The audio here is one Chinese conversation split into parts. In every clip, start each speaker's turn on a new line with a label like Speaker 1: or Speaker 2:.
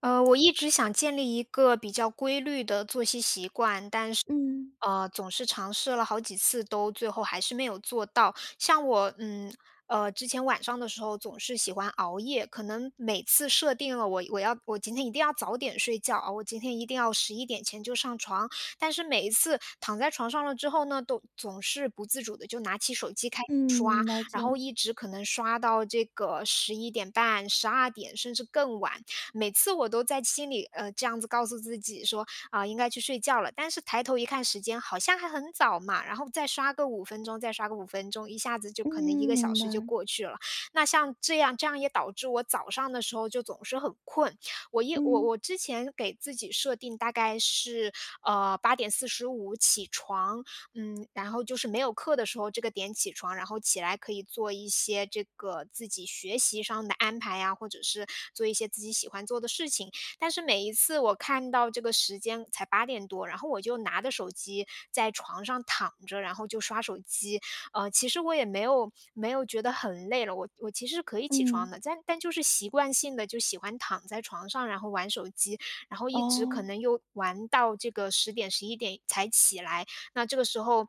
Speaker 1: 我一直想建立一个比较规律的作息习惯，但是，
Speaker 2: 嗯，
Speaker 1: 总是尝试了好几次都最后还是没有做到。像我，之前晚上的时候总是喜欢熬夜，可能每次设定了我要我今天一定要早点睡觉啊，我今天一定要11点前就上床，但是每一次躺在床上了之后呢，都总是不自主的就拿起手机开始
Speaker 2: 嗯，
Speaker 1: 刷，
Speaker 2: 了
Speaker 1: 然
Speaker 2: 解。
Speaker 1: 后一直可能刷到这个11点半、12点，甚至更晚。每次我都在心里，这样子告诉自己说，啊，应该去睡觉了，但是抬头一看时间，好像还很早嘛，然后再刷个五分钟，再刷个五分钟，一下子就
Speaker 2: 嗯，
Speaker 1: 可能一个小
Speaker 2: 明
Speaker 1: 时就
Speaker 2: 白。
Speaker 1: 过去了。那像这样也导致我早上的时候就总是很困，我一我
Speaker 2: 嗯，
Speaker 1: 我之前给自己设定大概是，8点45起床，然后就是没有课的时候这个点起床，然后起来可以做一些这个自己学习上的安排呀，或者是做一些自己喜欢做的事情。但是每一次我看到这个时间才八点多，然后我就拿着手机在床上躺着，然后就刷手机。其实我也没有觉得很累了，我其实可以起
Speaker 2: 嗯，
Speaker 1: 床的，但就是习惯性的就喜欢躺在床上，然后玩手机，然后一直可
Speaker 2: 哦，
Speaker 1: 能又玩到这个10点11点才起来。那这个时候，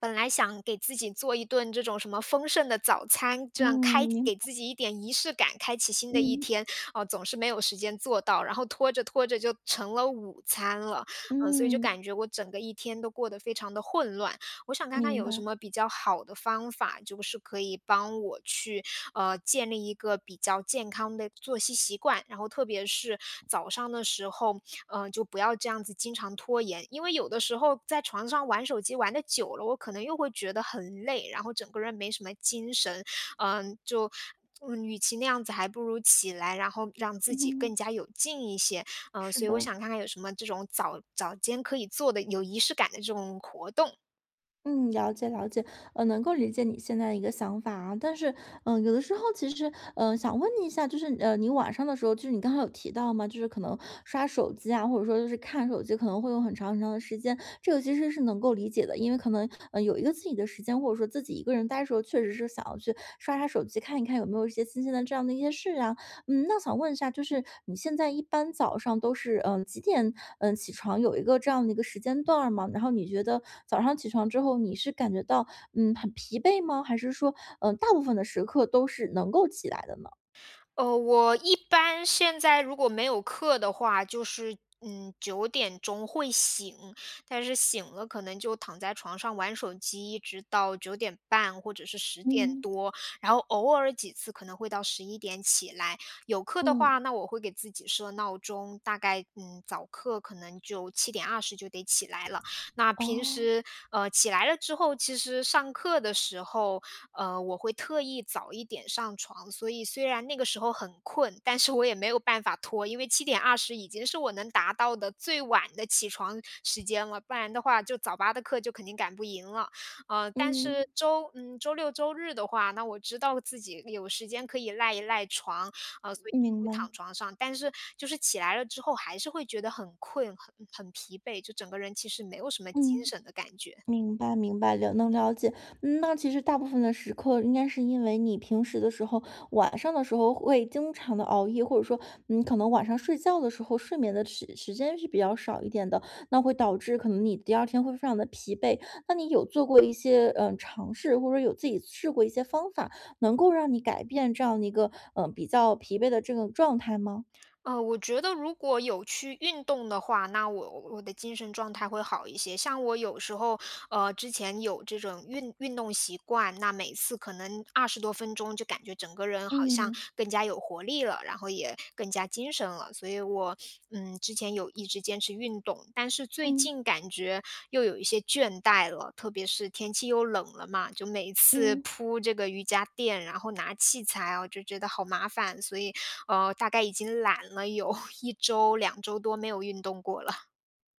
Speaker 1: 本来想给自己做一顿这种什么丰盛的早餐，这样开
Speaker 2: 嗯，
Speaker 1: 给自己一点仪式感，开启新的一
Speaker 2: 嗯，
Speaker 1: 天，哦，总是没有时间做到，然后拖着拖着就成了午餐了，嗯，所以就
Speaker 2: 嗯，
Speaker 1: 感觉我整个一天都过得非常的混乱。我想看看
Speaker 2: 明
Speaker 1: 有什
Speaker 2: 白。
Speaker 1: 么比较好的方法，就是可以帮我去建立一个比较健康的作息习惯，然后特别是早上的时候，就不要这样子经常拖延。因为有的时候在床上玩手机玩的久了，我可能又会觉得很累，然后整个人没什么精神，嗯，就与其那样子，还不如起来，然后让自己
Speaker 2: 嗯，
Speaker 1: 更加有劲一些。嗯，
Speaker 2: 是
Speaker 1: 所以我
Speaker 2: 的。
Speaker 1: 想看看有什么这种早早间可以做的有仪式感的这种活动。
Speaker 2: 嗯，了解了解，能够理解你现在的一个想法啊，但是，有的时候其实，想问你一下，就是，你晚上的时候，就是你刚刚有提到嘛，就是可能刷手机啊，或者说就是看手机，可能会用很长很长的时间，这个其实是能够理解的，因为可能，有一个自己的时间，或者说自己一个人待的时候，确实是想要去刷刷手机，看一看有没有一些新鲜的这样的一些事啊，那想问一下，就是你现在一般早上都是，几点，起床，有一个这样的一个时间段儿吗？然后你觉得早上起床之后，你是感觉到，很疲惫吗？还是说，大部分的时刻都是能够起来的呢？
Speaker 1: 我一般现在如果没有课的话，就是9点钟会醒，但是醒了可能就躺在床上玩手机，一直到9点半或者是十点
Speaker 2: 嗯，
Speaker 1: 多，然后偶尔几次可能会到十一点起来。有课的
Speaker 2: 嗯，
Speaker 1: 话，那我会给自己设闹钟，大概早课可能就七点二十就得起来了。那平
Speaker 2: 哦。
Speaker 1: 时起来了之后，其实上课的时候。我会特意早一点上床，所以虽然那个时候很困，但是我也没有办法拖，因为七点二十已经是我能达到的最晚的起床时间了，不然的话就早八的课就肯定赶不赢了。呃，但
Speaker 2: 嗯，
Speaker 1: 是周嗯，周六周日的话，那我知道自己有时间可以赖一赖床，所以
Speaker 2: 明
Speaker 1: 会
Speaker 2: 白，
Speaker 1: 躺床上，但是就是起来了之后还是会觉得很困，很疲惫，就整个人其实没有什么精
Speaker 2: 嗯。
Speaker 1: 神的感觉。
Speaker 2: 明白，明白，了解。那其实大部分的时刻，应该是因为你平时的时候，晚上的时候会经常的熬夜，或者说，可能晚上睡觉的时候，睡眠的时间是比较少一点的，那会导致可能你第二天会非常的疲惫。那你有做过一些尝试，或者有自己试过一些方法，能够让你改变这样的一个比较疲惫的这种状态吗？
Speaker 1: 我觉得如果有去运动的话，那我的精神状态会好一些。像我有时候，之前有这种运动习惯，那每次可能20多分钟就感觉整个人好像
Speaker 2: 嗯
Speaker 1: 更加有活力了，然后也更加精神了。所以我，之前有一直坚持运动，但是最
Speaker 2: 嗯
Speaker 1: 近感觉又有一些倦怠了，特别是天气又冷了嘛，就每次
Speaker 2: 嗯。
Speaker 1: 铺这个瑜伽垫，然后拿器材啊，就觉得好麻烦，所以大概已经懒了有 1周、2周多没有运动过了。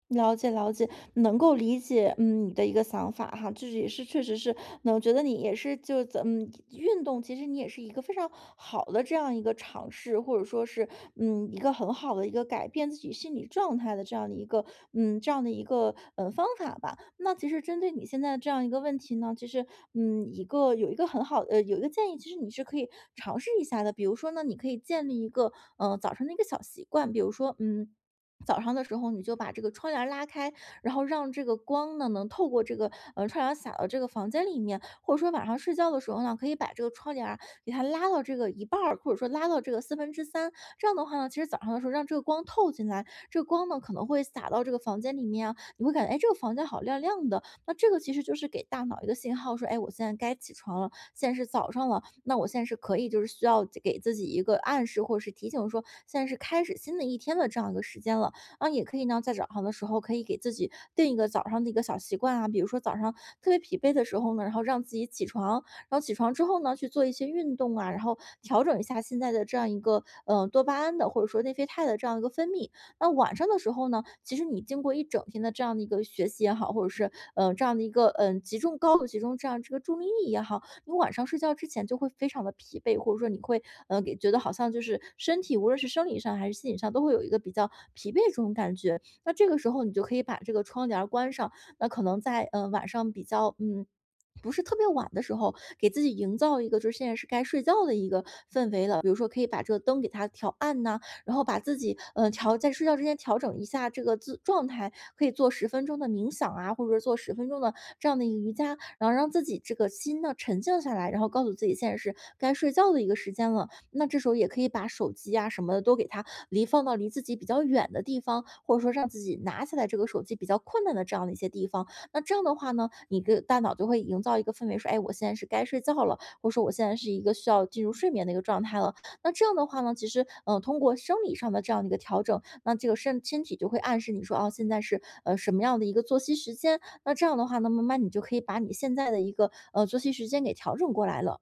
Speaker 2: 了解了解，能够理解，你的一个想法哈，就是也是确实是能觉得你也是就咱们运动，其实你也是一个非常好的这样一个尝试，或者说是一个很好的一个改变自己心理状态的这样的一个这样的一个方法吧。那其实针对你现在这样一个问题呢，其实嗯一个有一个很好呃有一个建议，其实你是可以尝试一下的。比如说呢，你可以建立一个早晨的一个小习惯，比如说。早上的时候，你就把这个窗帘儿拉开，然后让这个光呢能透过这个窗帘儿洒到这个房间里面，或者说晚上睡觉的时候呢，可以把这个窗帘儿给它拉到这个一半儿，或者说拉到这个四分之三。这样的话呢，其实早上的时候让这个光透进来，这个光呢可能会洒到这个房间里面啊，你会感觉哎这个房间好亮亮的。那这个其实就是给大脑一个信号，说哎我现在该起床了，现在是早上了，那我现在是可以就是需要给自己一个暗示或者是提醒说现在是开始新的一天的这样一个时间了。啊，也可以呢，在早上的时候可以给自己定一个早上的一个小习惯啊，比如说早上特别疲惫的时候呢，然后让自己起床，然后起床之后呢，去做一些运动啊，然后调整一下现在的这样一个多巴胺的或者说内啡肽的这样一个分泌。那晚上的时候呢，其实你经过一整天的这样的一个学习也好，或者是这样的一个高度集中这样这个注意力也好。你晚上睡觉之前就会非常的疲惫，或者说你会给觉得好像就是身体无论是生理上还是心理上都会有一个比较疲惫这种感觉。那这个时候你就可以把这个窗帘儿关上，那可能在晚上比较。不是特别晚的时候，给自己营造一个就是现在是该睡觉的一个氛围了。比如说，可以把这个灯给它调暗呐、然后把自己调在睡觉之前调整一下这个自状态，可以做十分钟的冥想啊，或者是做十分钟的这样的一个瑜伽，然后让自己这个心呢沉静下来，然后告诉自己现在是该睡觉的一个时间了。那这时候也可以把手机啊什么的都给它离放到离自己比较远的地方，或者说让自己拿起来这个手机比较困难的这样的一些地方。那这样的话呢，你的大脑就会营造一个氛围，说，哎，我现在是该睡觉了，或者说我现在是一个需要进入睡眠的一个状态了。那这样的话呢，其实，通过生理上的这样的一个调整，那这个身体就会暗示你说，哦，现在是什么样的一个作息时间，那这样的话呢，慢慢你就可以把你现在的一个，作息时间给调整过来了。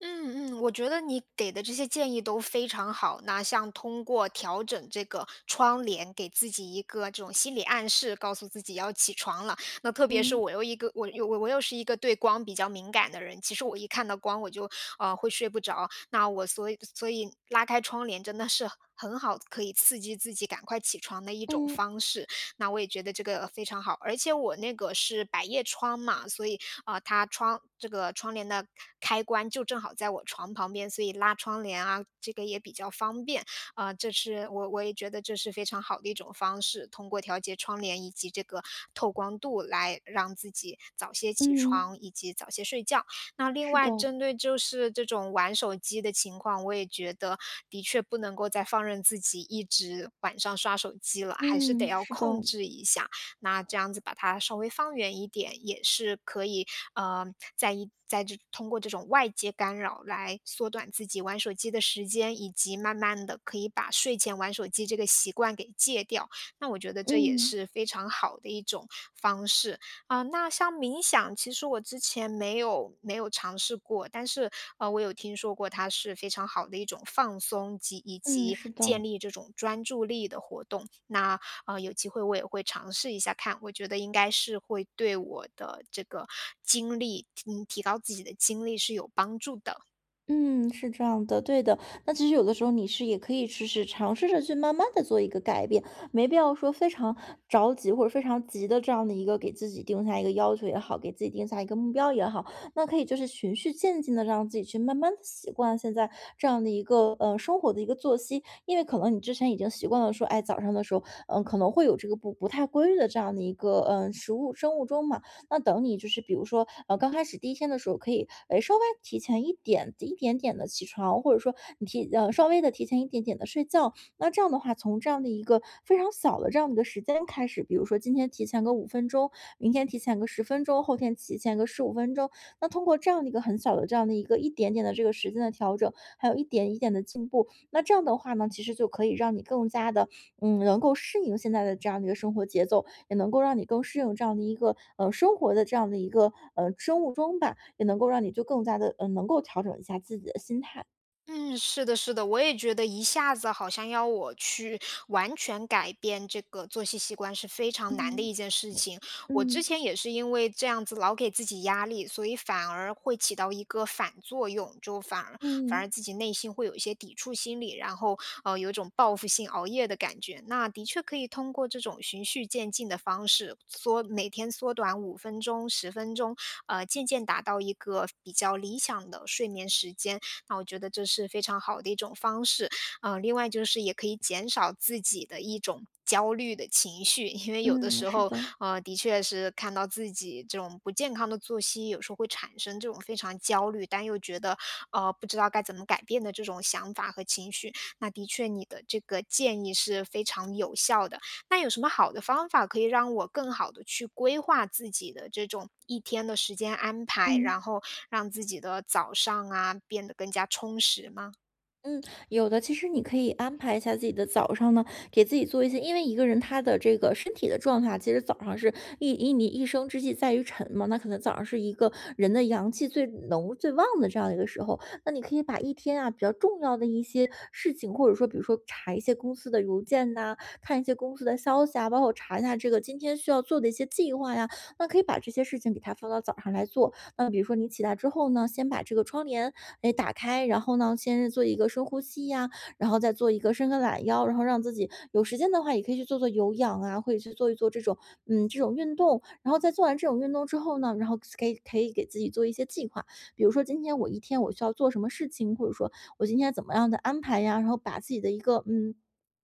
Speaker 1: 嗯嗯，我觉得你给的这些建议都非常好。那像通过调整这个窗帘，给自己一个这种心理暗示，告诉自己要起床了。那特别是
Speaker 2: 嗯，
Speaker 1: 我又是一个对光比较敏感的人，其实我一看到光我就会睡不着。那我所以拉开窗帘真的是很好，可以刺激自己赶快起床的一种
Speaker 2: 嗯，
Speaker 1: 方式。那我也觉得这个非常好，而且我那个是百叶窗嘛，所以，它这个窗帘的开关就正好在我床旁边，所以拉窗帘啊，这个也比较方便。这是我也觉得这是非常好的一种方式，通过调节窗帘以及这个透光度来让自己早些起
Speaker 2: 嗯，
Speaker 1: 床以及早些睡觉。那另
Speaker 2: 是的，
Speaker 1: 外针对就是这种玩手机的情况，我也觉得的确不能够再放任自己一直晚上刷手机了，还是得
Speaker 2: 嗯，
Speaker 1: 要
Speaker 2: 是的，
Speaker 1: 控制一下。那这样子把它稍微放远一点，也是可以，呃，在这通过这种外界干扰来缩短自己玩手机的时间，以及慢慢的可以把睡前玩手机这个习惯给戒掉。那我觉得这也
Speaker 2: 嗯，
Speaker 1: 是非常好的一种方式。啊，那像冥想，其实我之前没有尝试过，但是，我有听说过它是非常好的一种放松及以
Speaker 2: 嗯，
Speaker 1: 及
Speaker 2: 是
Speaker 1: 建
Speaker 2: 的。
Speaker 1: 立这种专注力的活动。那，有机会我也会尝试一下看，我觉得应该是会对我的这个精力，提高自己的精力是有帮助的。
Speaker 2: 嗯，是这样的，对的。那其实有的时候你是也可以试试，尝试着去慢慢的做一个改变，没必要说非常着急或者非常急的这样的一个给自己定下一个要求也好，给自己定下一个目标也好，那可以就是循序渐进的让自己去慢慢的习惯现在这样的一个生活的一个作息，因为可能你之前已经习惯了说，哎，早上的时候，可能会有这个不太规律的这样的一个生物钟嘛。那等你就是比如说，刚开始第一天的时候，可以诶稍微提前一点一点点的起床，或者说你稍微的提前一点点的睡觉。那这样的话，从这样的一个非常小的这样的一个时间开始，比如说今天提前个五分钟，明天提前个十分钟，后天提前个15分钟。那通过这样的一个很小的这样的一个一点点的这个时间的调整，还有一点一点的进步，那这样的话呢，其实就可以让你更加的能够适应现在的这样的一个生活节奏，也能够让你更适应这样的一个生活的这样的一个生物钟吧，也能够让你就更加的能够调整一下自己的心态。
Speaker 1: 嗯，是的，是的，我也觉得一下子好像要我去完全改变这个作息习惯是非
Speaker 2: 嗯
Speaker 1: 常难的
Speaker 2: 嗯
Speaker 1: 一件事情。我之
Speaker 2: 嗯
Speaker 1: 前也是因为这样子老给自己压力，所以反而会起到一个反作用，就反而反
Speaker 2: 嗯
Speaker 1: 而自己内心会有一些抵触心理，然后有一种报复性熬夜的感觉。那的确可以通过这种循序渐进的方式，每天缩短5分钟、10分钟，渐渐达到一个比较理想的睡眠时间。那我觉得这是非常好的一种方式。另外就是也可以减少自己的一种焦虑的情绪，因为有的
Speaker 2: 嗯
Speaker 1: 时
Speaker 2: 是
Speaker 1: 候，
Speaker 2: 的，
Speaker 1: 的确是看到自己这种不健康的作息，有时候会产生这种非常焦虑，但又觉得，不知道该怎么改变的这种想法和情绪。那的确，你的这个建议是非常有效的。那有什么好的方法可以让我更好的去规划自己的这种一天的时间安排，然
Speaker 2: 嗯。
Speaker 1: 后让自己的早上啊，变得更加充实吗？
Speaker 2: 嗯，有的。其实你可以安排一下自己的早上呢，给自己做一些，因为一个人他的这个身体的状态，其实早上是你一生之计在于晨嘛，那可能早上是一个人的阳气最浓最旺的这样一个时候，那你可以把一天啊比较重要的一些事情，或者说比如说查一些公司的邮件呐、看一些公司的消息啊，包括查一下这个今天需要做的一些计划呀，那可以把这些事情给它放到早上来做，那比如说你起来之后呢，先把这个窗帘哎打开，然后呢，先是做一个深呼吸呀、然后再做一个伸个懒腰，然后让自己有时间的话也可以去做做有氧啊，或者去做一做这种这种运动。然后在做完这种运动之后呢，然后可以给自己做一些计划，比如说今天我一天我需要做什么事情，或者说我今天怎么样的安排呀，然后把自己的一个。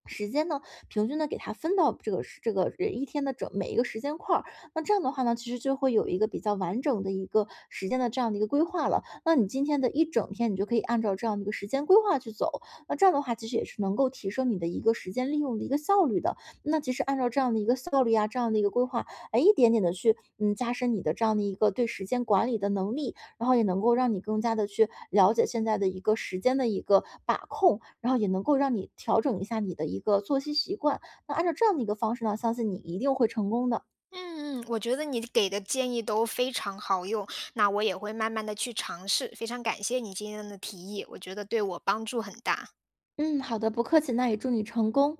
Speaker 2: 时间呢，平均的给它分到这个一天的整每一个时间块儿，那这样的话呢，其实就会有一个比较完整的一个时间的这样的一个规划了。那你今天的一整天，你就可以按照这样的一个时间规划去走。那这样的话，其实也是能够提升你的一个时间利用的一个效率的。那其实按照这样的一个效率啊，这样的一个规划，哎，一点点的去加深你的这样的一个对时间管理的能力，然后也能够让你更加的去了解现在的一个时间的一个把控，然后也能够让你调整一下你的一个作息习惯。那按照这样的一个方式呢，相信你一定会成功的。
Speaker 1: 嗯嗯，我觉得你给的建议都非常好用，那我也会慢慢的去尝试，非常感谢你今天的提议，我觉得对我帮助很大。
Speaker 2: 嗯，好的，不客气，那也祝你成功。